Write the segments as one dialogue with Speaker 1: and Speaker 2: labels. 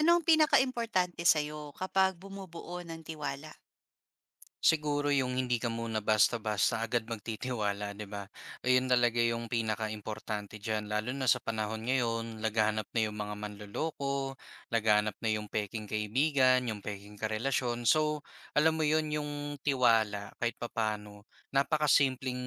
Speaker 1: Anong pinakaimportante sa'yo kapag bumubuo ng tiwala?
Speaker 2: Siguro yung hindi ka muna basta-basta agad magtitiwala, 'di ba? Ayun talaga yung pinaka importante diyan, lalo na sa panahon ngayon. Laganap na yung mga manloloko, laganap na yung pekeng kaibigan, yung pekeng karelasyon. So, alam mo yun, yung tiwala kahit papaano, napakasimpleng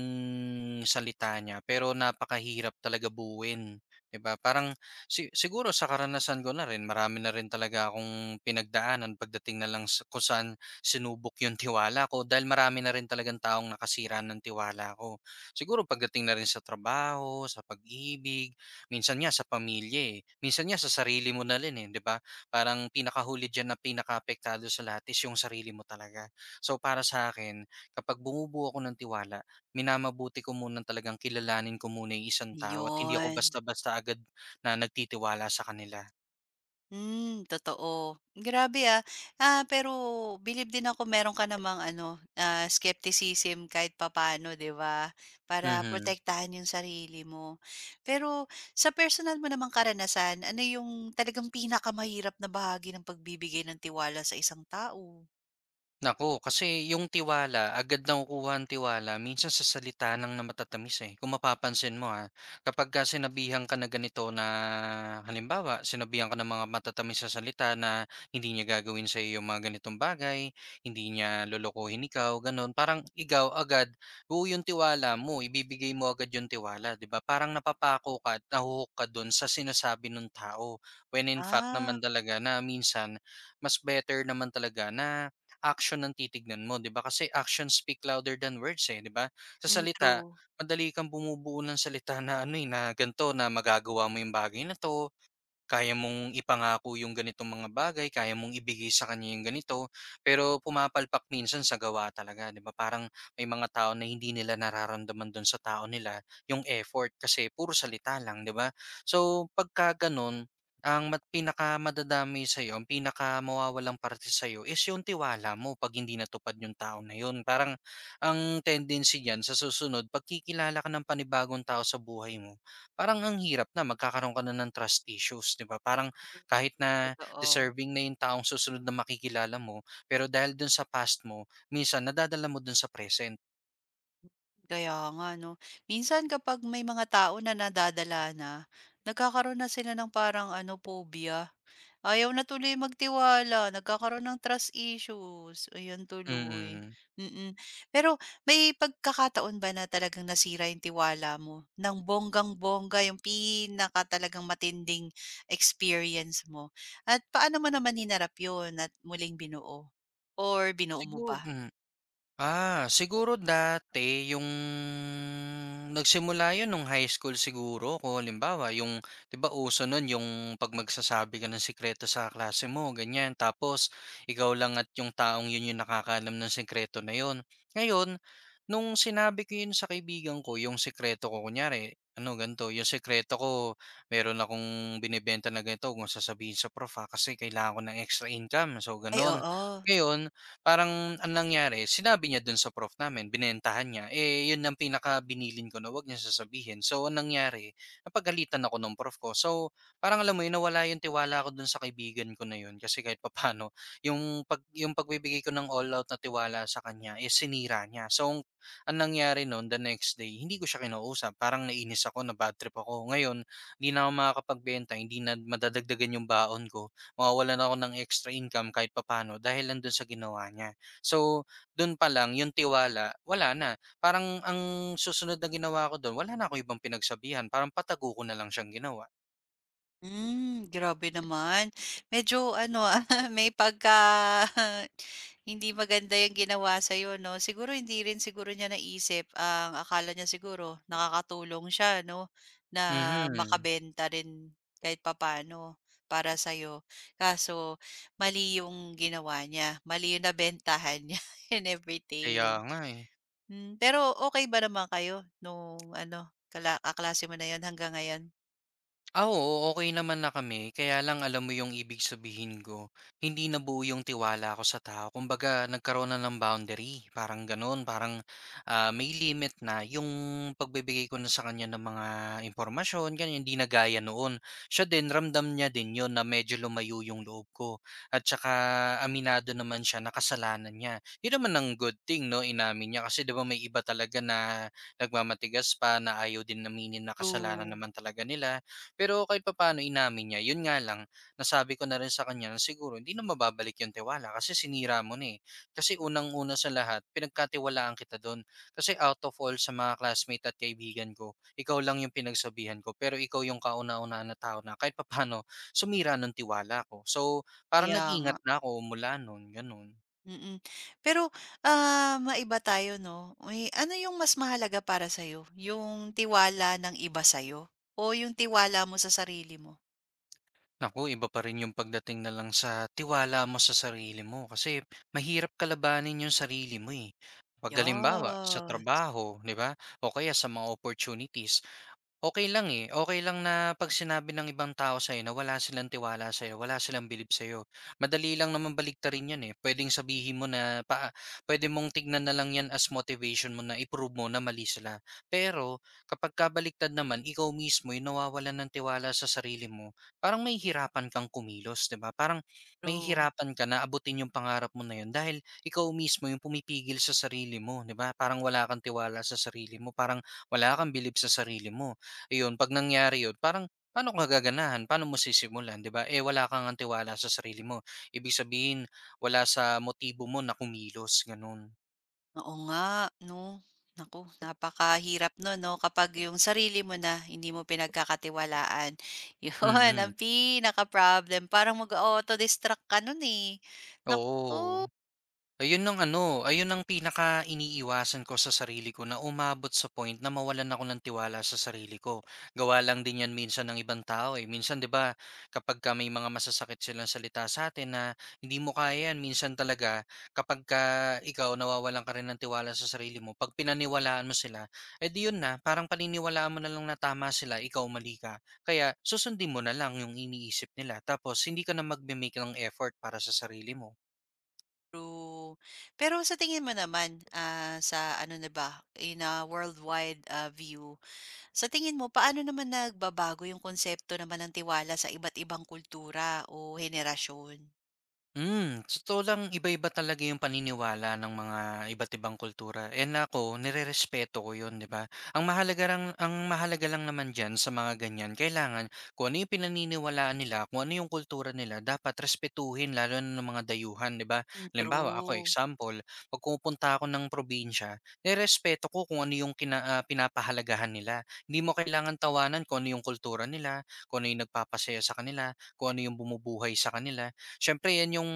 Speaker 2: salita niya pero napakahirap talaga buuin, 'di ba? Parang siguro sa karanasan ko na rin, marami na rin talaga akong pinagdaanan pagdating na lang sa kung saan sinubok yung tiwala ko, dahil marami na rin talagang taong nakasira ng tiwala ko. Siguro pagdating na rin sa trabaho, sa pag-ibig, minsan nga sa pamilya eh. Minsan nga sa sarili mo na rin eh, di ba? Parang pinakahuli dyan na pinakaapektado sa lahat is yung sarili mo talaga. So para sa akin, kapag bumubuo ako ng tiwala, minamabuti ko muna talagang kilalanin ko muna yung isang tao, at hindi ako
Speaker 1: Yun.
Speaker 2: basta-basta agad na nagtitiwala sa kanila.
Speaker 1: Hmm, totoo. Grabe, ah. Ah, pero believe din ako meron ka namang ano, skepticism kahit papaano, 'di ba? Para
Speaker 2: Mhm.
Speaker 1: protektahan yung sarili mo. Pero sa personal mo namang karanasan, ano yung talagang pinakamahirap na bahagi ng pagbibigay ng tiwala sa isang tao?
Speaker 2: Nako, kasi yung tiwala, agad nakukuha ang tiwala minsan sa salita lang na matatamis, eh. Kung mapapansin mo, ha, kapagka sinabihan ka na ganito, na halimbawa sinabihan ka ng mga matatamis sa salita na hindi niya gagawin sa'yo yung mga ganitong bagay, hindi niya lolokohin ikaw, gano'n. Parang ikaw agad, buo yung tiwala mo, ibibigay mo agad yung tiwala, 'di ba? Parang napapako ka at nahuhook ka do'n sa sinasabi ng tao. When in fact
Speaker 1: Ah,
Speaker 2: naman talaga na minsan, mas better naman talaga na action ang titignan mo, 'di ba? Kasi actions speak louder than words, eh, 'di ba? Sa
Speaker 1: mm,
Speaker 2: salita,
Speaker 1: true.
Speaker 2: madali kang bumubuo ng salita na eh, na ganito, na magagawa mo yung bagay na 'to, kaya mong ipangako yung ganitong mga bagay, kaya mong ibigay sa kanya yung ganito, pero pumapalpak minsan sa gawa talaga, 'di ba? Parang may mga tao na hindi nila nararamdaman do'n sa tao nila yung effort kasi puro salita lang, 'di ba? So, pagka gano'n, ang pinakamadadamay sa'yo, ang pinakamawawalang parte sa'yo is yung tiwala mo 'pag hindi natupad yung tao na yun. Parang ang tendency niyan sa susunod, pagkikilala ka ng panibagong tao sa buhay mo, parang ang hirap, na magkakaroon ka na ng trust issues, 'di ba? Parang kahit na
Speaker 1: Totoo.
Speaker 2: deserving na yung taong susunod na makikilala mo, pero dahil dun sa past mo, minsan nadadala mo dun sa present.
Speaker 1: Kaya nga 'no. Minsan kapag may mga tao na nadadala na, nagkakaroon na sila ng parang ano, phobia. Ayaw na tuloy magtiwala, nagkakaroon ng trust issues, ayan tuloy.
Speaker 2: Mm.
Speaker 1: Mm. Pero may pagkakataon ba na talagang nasira yung tiwala mo ng bonggang-bongga, yung pinaka talagang matinding experience mo? At paano mo naman hinarap yun at muling binuo or binuo mo
Speaker 2: Sigu
Speaker 1: ba?
Speaker 2: mm. Ah, siguro dati yung nagsimula yun nung high school siguro, kung halimbawa yung 'di ba uso nun yung 'pag magsasabi ka ng sikreto sa klase mo ganyan, tapos ikaw lang at yung taong yun yung nakakaalam ng sikreto na yun. Ngayon, nung sinabi ko yun sa kaibigan ko yung sikreto ko kunyari, ano, ganito, yung sikreto ko meron akong binebenta na ganito, huwag mong sasabihin sa prof, ha, kasi kailangan ko ng extra income, so
Speaker 1: Ay
Speaker 2: gano'n.
Speaker 1: oo.
Speaker 2: Ngayon, parang ang nangyari, sinabi niya dun sa prof namin, binentahan niya, eh, yun ang pinakabinilin ko na wag niyang sasabihin. So ang nangyari, napagalitan ako ng prof ko. So parang alam mo yun, nawala yung tiwala ko dun sa kaibigan ko na yun kasi kahit papaano yung yung pagbibigay ko ng all out na tiwala sa kanya, eh, sinira niya. So ang nangyari nun, the next day, hindi ko siya kinausap. Parang nainis ako, na bad trip ako. Ngayon, hindi na ako makakapagbenta, hindi na madadagdagan yung baon ko. Mawawalan ako ng extra income kahit papaano dahil lang dun sa ginawa niya. So, dun pa lang yung tiwala, wala na. Parang ang susunod na ginawa ko dun, wala na akong ibang pinagsabihan, parang patago ko na lang siyang ginawa.
Speaker 1: Hmm, grabe naman. Medyo ano, may pagka hindi maganda yung ginawa sa'yo 'no. Siguro hindi rin siguro niya naisip ang akala niya siguro nakakatulong siya 'no, na
Speaker 2: Mhm,
Speaker 1: makabenta rin kahit papaano para sa'yo. Kaso mali yung ginawa niya, mali yung nabentahan niya and
Speaker 2: kaya
Speaker 1: everything.
Speaker 2: nga eh.
Speaker 1: Hmm, pero okay ba naman kayo nung ano, kala kaklase mo na yon hanggang ngayon?
Speaker 2: Ah, oo, okey naman na kami. Kaya lang alam mo yung ibig sabihin ko, hindi nabuo yung tiwala ko sa tao. Kumbaga nagkaroon na ng boundary, parang gano'n. Parang, may limit na yung pagbibigay ko na sa kanya ng mga impormasyon, ganyan. Hindi na gaya noon. Siya din, ramdam niya din 'yon na medyo lumayo yung loob ko, at saka aminado naman siya na kasalanan niya. 'Yon naman ang good thing 'no, inamin niya. Kasi 'di ba may iba talaga na nagmamatigas pa, na ayaw din naminin na kasalanan
Speaker 1: True,
Speaker 2: naman talaga nila. Pero kahit papaano inamin niya, yun nga lang, nasabi ko na rin sa kanya na siguro hindi na mababalik yung tiwala kasi sinira mo na eh. Kasi unang-una sa lahat, pinagkatiwalaan kita doon. Kasi out of all sa mga classmate at kaibigan ko, ikaw lang yung pinagsabihan ko. Pero ikaw yung kauna-unaan na tao na kahit papaano sumira ng tiwala ko. So, parang
Speaker 1: kaya nga.
Speaker 2: nag-ingat na ako mula noon, ganun.
Speaker 1: Mm. Pero, maiba tayo 'no, may ano yung mas mahalaga para sa'yo, yung tiwala ng iba sa'yo o yung tiwala mo sa sarili mo?
Speaker 2: Naku, iba pa rin yung pagdating na lang sa tiwala mo sa sarili mo, kasi mahirap kalabanin yung sarili mo, eh. 'Pag halimbawa sa
Speaker 1: Yes,
Speaker 2: trabaho, 'di ba, o kaya sa mga opportunities, okay lang, eh. Okay lang na 'pag sinabi ng ibang tao sa'yo na wala silang tiwala sa'yo, wala silang bilib sa'yo. Madali lang naman baliktarin 'yan, eh. Puwedeng sabihin mo na pwede mong tignan na lang 'yan as motivation mo na i-prove mo na mali sila. Pero kapagka baliktad naman, ikaw mismo yung nawawalan ng tiwala sa sarili mo, parang may hirapan kang kumilos, 'di ba? Parang may
Speaker 1: true.
Speaker 2: hirapan ka na abutin yung pangarap mo na yun, dahil ikaw mismo yung pumipigil sa sarili mo, 'di ba? Parang wala kang tiwala sa sarili mo, parang wala kang bilib sa sarili mo. Ayun, 'pag nangyari 'yun parang paano ka gaganahan, paano mo sisimulan, 'di ba? Eh, wala ka ngang tiwala sa sarili mo. Ibig sabihin wala sa motibo mo na kumilos, gano'n.
Speaker 1: Oo nga 'no. Naku, napakahirap nun 'no kapag yung sarili mo na hindi mo pinagkakatiwalaan. Yun
Speaker 2: Mm,
Speaker 1: ang
Speaker 2: mm.
Speaker 1: pinaka-problem, parang mag-o-auto-distract ka nun, eh. Naku.
Speaker 2: Oo. Ayun ang ano, ayun ang pinaka-iniiwasan ko sa sarili ko, na umabot sa point na mawalan ako ng tiwala sa sarili ko. Gawa lang din yan minsan ng ibang tao eh. Minsan 'di ba kapag ka may mga masasakit silang salita sa atin na hindi mo kaya yan, minsan talaga kapag ka ikaw nawawalan ka rin ng tiwala sa sarili mo, pag pinaniwalaan mo sila, eh di yun na, parang paniniwalaan mo na lang na tama sila, ikaw mali ka. Kaya susundin mo na lang yung iniisip nila. Tapos hindi ka na magme-make ng effort para sa sarili mo.
Speaker 1: True. Pero sa tingin mo naman, sa ano na ba, in a worldwide, view, sa tingin mo paano naman nagbabago yung konsepto naman ng tiwala sa iba't ibang kultura o henerasyon?
Speaker 2: Hmm, sa totoo lang iba-iba talaga yung paniniwala ng mga iba't ibang kultura, and ako nirerespeto ko yun, 'di ba? Ang mahalaga lang naman diyan sa mga ganyan kailangan kung ano yung pinaniniwalaan nila, kung ano yung kultura nila dapat respetuhin, lalo na ng mga dayuhan, 'di ba?
Speaker 1: Hmm,
Speaker 2: Halimbawa ako
Speaker 1: true.
Speaker 2: example, 'pag pumupunta ako ng probinsya, nirespeto ko kung ano yung pinapahalagahan nila. Hindi mo kailangan tawanan kung ano yung kultura nila, kung ano yung nagpapasaya sa kanila, kung ano yung bumubuhay sa kanila. Siyempre 'yan yung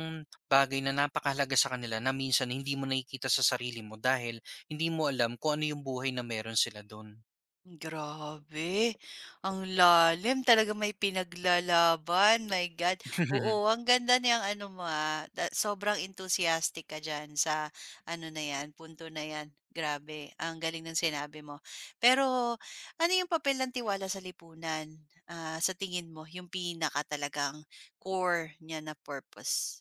Speaker 2: bagay na napakahalaga sa kanila na minsan hindi mo nakikita sa sarili mo, dahil hindi mo alam kung ano yung buhay na meron sila dun.
Speaker 1: Grabe, ang lalim talaga may pinaglalaban, my God. Oo, ang ganda niyang ano mo, da sobrang enthusiastic ka diyan sa ano na 'yan, punto na 'yan. Grabe, ang galing ng sinabi mo. Pero ano yung papel ng tiwala sa lipunan, sa tingin mo yung pinaka talagang core niya na purpose?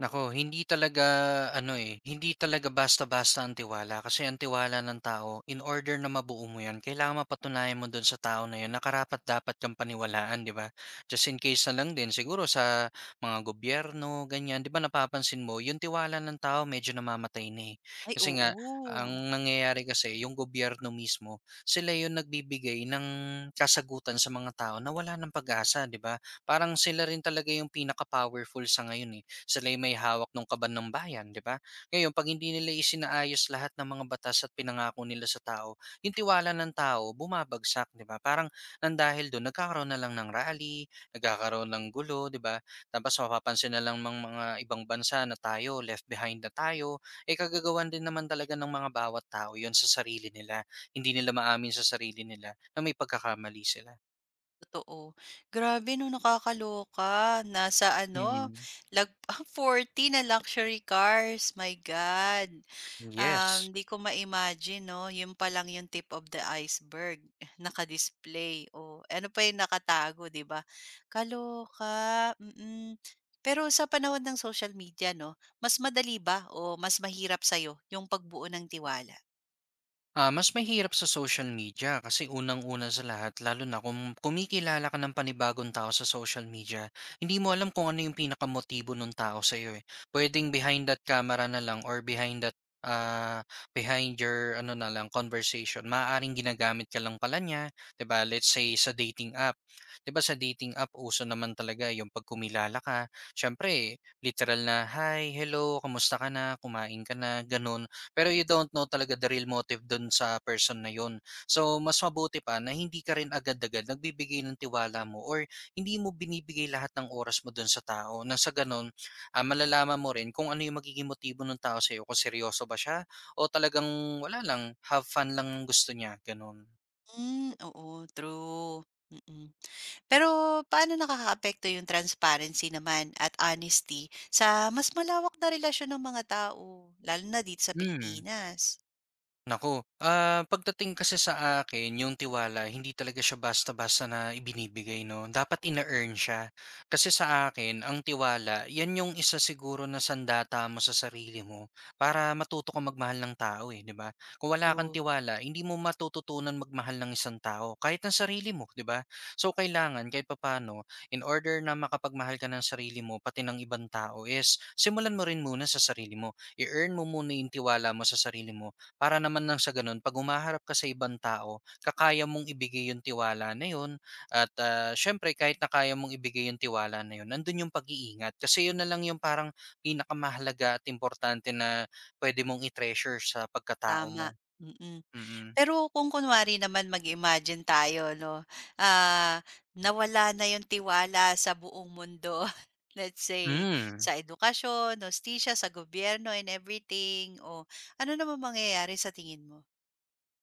Speaker 2: Nako, hindi talaga eh, hindi talaga basta-basta ang tiwala, kasi ang tiwala ng tao in order na mabuo mo 'yan kailangan mapatunayan mo do'n sa tao na 'yon na karapat-dapat kang paniwalaan, 'di ba? Just in case na lang din siguro sa mga gobyerno, ganyan. 'Di ba napapansin mo yung tiwala ng tao medyo namamatay na, eh.
Speaker 1: Ay,
Speaker 2: Kasi nga
Speaker 1: oo.
Speaker 2: ang nangyayari kasi yung gobyerno mismo, sila yung nagbibigay ng kasagutan sa mga tao na wala ng pag-asa, 'di ba? Parang sila rin talaga yung pinaka-powerful sa ngayon, eh. Sila yung may hawak nung kaban ng bayan, 'di ba? Ngayon 'pag hindi nila isinaayos lahat ng mga batas at pinangako nila sa tao, yung tiwala ng tao bumabagsak, 'di ba? Parang nang dahil do'n nagkakaroon na lang ng rally, nagkakaroon ng gulo, 'di ba? Tapos mapapansin na lang ng mga ibang bansa na tayo left behind na tayo, eh kagagawan din naman talaga ng mga bawat tao 'yon sa sarili nila. Hindi nila maamin sa sarili nila na may pagkakamali sila.
Speaker 1: Totoo. Grabe 'no, nakakaloka. Nasa ano,
Speaker 2: Mm.
Speaker 1: lag 40 na luxury cars, my God.
Speaker 2: Yes.
Speaker 1: 'Di ko ma-imagine 'no, 'yun pa lang yung tip of the iceberg, naka-display, o ano pa yung nakatago, 'di ba? Kaloka, mm. Pero sa panahon ng social media 'no, mas madali ba o mas mahirap sa'yo yung pagbuo ng tiwala?
Speaker 2: Ah, mas mahirap sa social media kasi unang-una sa lahat, lalo na kung kumikilala ka ng panibagong tao sa social media, hindi mo alam kung ano yung pinakamotibo nung tao sa'yo, eh. Pwedeng behind that camera na lang, or behind that, ah, behind your ano na lang conversation, maaaring ginagamit ka lang pala niya, 'di ba? Let's say sa dating app. 'Di ba sa dating app uso naman talaga yung 'pag kumilala ka, siyempre literal na, "Hi, hello, kamusta ka na, kumain ka na?" gano'n. Pero you don't know talaga the real motive dun sa person na yun. So, mas mabuti pa na hindi ka rin agad-agad nagbibigay ng tiwala mo, or hindi mo binibigay lahat ng oras mo dun sa tao. Na sa ganun, malalaman mo rin kung ano yung magiging motibo ng tao sa'yo. Kung seryoso ba siya o talagang wala lang, have fun lang ang gusto niya. Ganun.
Speaker 1: Hmm, oo, true. Mm. Pero paano nakakaapekto yung transparency naman at honesty sa mas malawak na relasyon ng mga tao, lalo na dito sa
Speaker 2: Hmm.
Speaker 1: Pilipinas?
Speaker 2: Nako, pagdating kasi sa akin yung tiwala hindi talaga siya basta-basta na ibinibigay 'no, dapat ine-earn siya. Kasi sa akin ang tiwala 'yan yung isa siguro na sandata mo sa sarili mo para matuto kang magmahal ng tao, eh, 'di ba? Kung wala kang
Speaker 1: Oo,
Speaker 2: tiwala hindi mo matututunan magmahal ng isang tao, kahit ng sarili mo, 'di ba? So, kailangan kahit papaano in order na makapagmahal ka ng sarili mo pati ng ibang tao is simulan mo rin muna sa sarili mo. I-earn mo muna yung tiwala mo sa sarili mo para naman nang sa gano'n 'pag humaharap ka sa ibang tao, kakaya mong ibigay yung tiwala na yun at, siyempre kahit na kaya mong ibigay yung tiwala na yun, nandun yung pag-iingat. Kasi yun na lang yung parang pinakamahalaga at importante na pwede mong i-treasure sa pagkatao mo.
Speaker 1: tama. Mm.
Speaker 2: Mm-mm.
Speaker 1: Pero kung kunwari naman mag-imagine tayo 'no, ah, nawala na yung tiwala sa buong mundo. Let's
Speaker 2: Mm.
Speaker 1: say
Speaker 2: Hmm.
Speaker 1: sa edukasyon, hustisya, sa gobyerno and everything, o ano namang mangyayari sa tingin mo?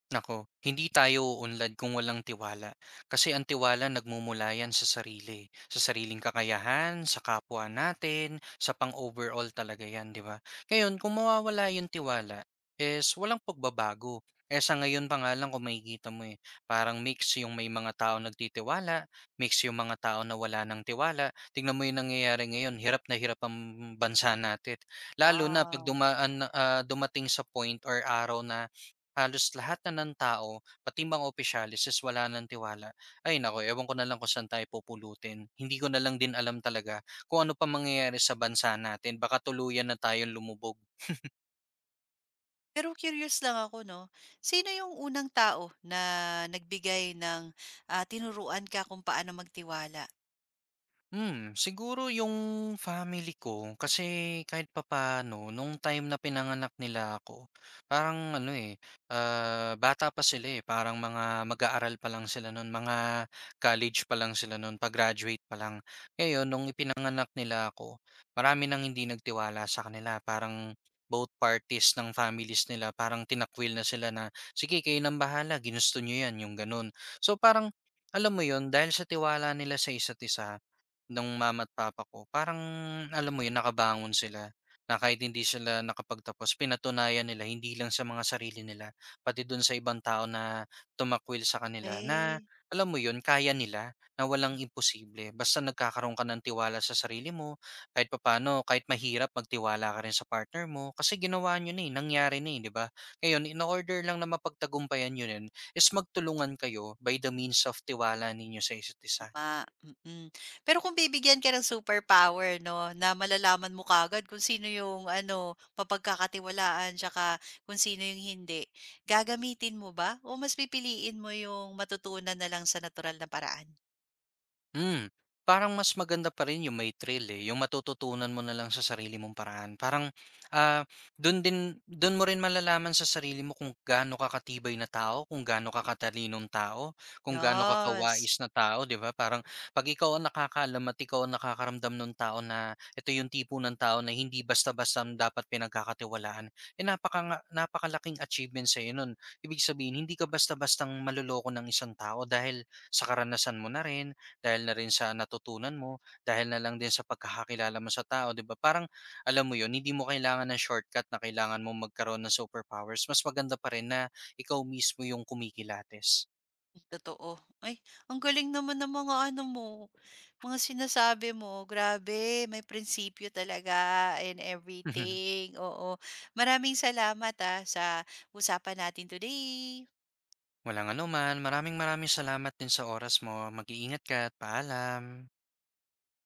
Speaker 2: Nako hindi tayo uunlad kung walang tiwala. Kasi ang tiwala nagmumula yan sa sarili. Sa sariling kakayahan, sa kapwa natin, sa pang-overall talaga yan, di ba? Ngayon, kung mawawala yung tiwala, is walang pagbabago. Eh sa ngayon pa nga lang kung makikita mo eh, parang mix yung may mga tao nagtitiwala, mix yung mga tao na wala ng tiwala. Tingnan mo yung nangyayari ngayon, hirap na hirap ang bansa natin. Lalo na pag
Speaker 1: Ah.
Speaker 2: dumaan, dumating sa point or araw na halos lahat na ng tao, pati mga opisyalis is wala ng tiwala. Ay naku, ewan ko na lang kung saan tayo pupulutin. Hindi ko na lang din alam talaga kung ano pa mangyayari sa bansa natin. Baka tuluyan na tayong lumubog.
Speaker 1: Pero curious lang ako 'no, sino yung unang tao na nagbigay ng, tinuruan ka kung paano magtiwala?
Speaker 2: Hmm, siguro yung family ko kasi kahit papaano nung time na pinanganak nila ako, parang ano eh, bata pa sila eh, parang mga mag-aaral pa lang sila nun, mga college pa lang sila nun, pa-graduate pa lang. Ngayon, nung ipinanganak nila ako, marami nang hindi nagtiwala sa kanila, parang both parties ng families nila, parang tinakwil na sila na, sige kayo nang bahala, ginusto nyo yan, yung ganun. So parang, alam mo yon dahil sa tiwala nila sa isa't isa, nung mama at papa ko parang alam mo yun nakabangon sila, na kahit hindi sila nakapagtapos pinatunayan nila hindi lang sa mga sarili nila, pati dun sa ibang tao na tumakwil sa kanila na
Speaker 1: Okay,
Speaker 2: alam mo yun kaya nila, na walang imposible basta nagkakaroon ka ng tiwala sa sarili mo, kahit papaano kahit mahirap magtiwala ka rin sa partner mo kasi ginawa niyo na, eh, nangyari na, eh, 'di ba? Ngayon in-order lang na mapagtagumpayan yun rin is magtulungan kayo by the means of tiwala ninyo sa isa't isa.
Speaker 1: tama, mm. Pero kung bibigyan ka ng superpower 'no, na malalaman mo kagad kung sino yung ano, mapagkakatiwalaan tsaka kung sino yung hindi, gagamitin mo ba o mas pipiliin mo yung matutunan na lang sa natural na paraan?
Speaker 2: Hmm, parang mas maganda pa rin yung may trail, eh, yung matututunan mo na lang sa sarili mong paraan. Parang, ah, dun din dun mo rin malalaman sa sarili mo kung gaano ka katibay na tao, kung gaano ka katalinong tao, kung gaano ka
Speaker 1: Yes.
Speaker 2: kawais na tao, 'di ba? Parang 'pag ikaw ang nakakaalam at ikaw ang nakakaramdam ng tao na ito yung tipo ng tao na hindi basta-basta ang dapat pinagkakatiwalaan, eh, napakalaking achievement sa nun. Ibig sabihin hindi ka basta-bastang maloloko ng isang tao dahil sa karanasan mo na rin, dahil na rin sa natutunan mo, dahil na lang din sa pagkakakilala mo sa tao, 'di ba? Parang alam mo 'yun, hindi mo kailangan ng shortcut na kailangan mong magkaroon ng superpowers. Mas maganda pa rin na ikaw mismo yung kumikilates.
Speaker 1: Totoo. Ay, ang galing naman ng mga ano mo, mga sinasabi mo. Grabe, may prinsipyo talaga and everything. Oo. Maraming salamat sa usapan natin today.
Speaker 2: Walang anuman, maraming maraming salamat din sa oras mo. Mag-iingat ka at paalam.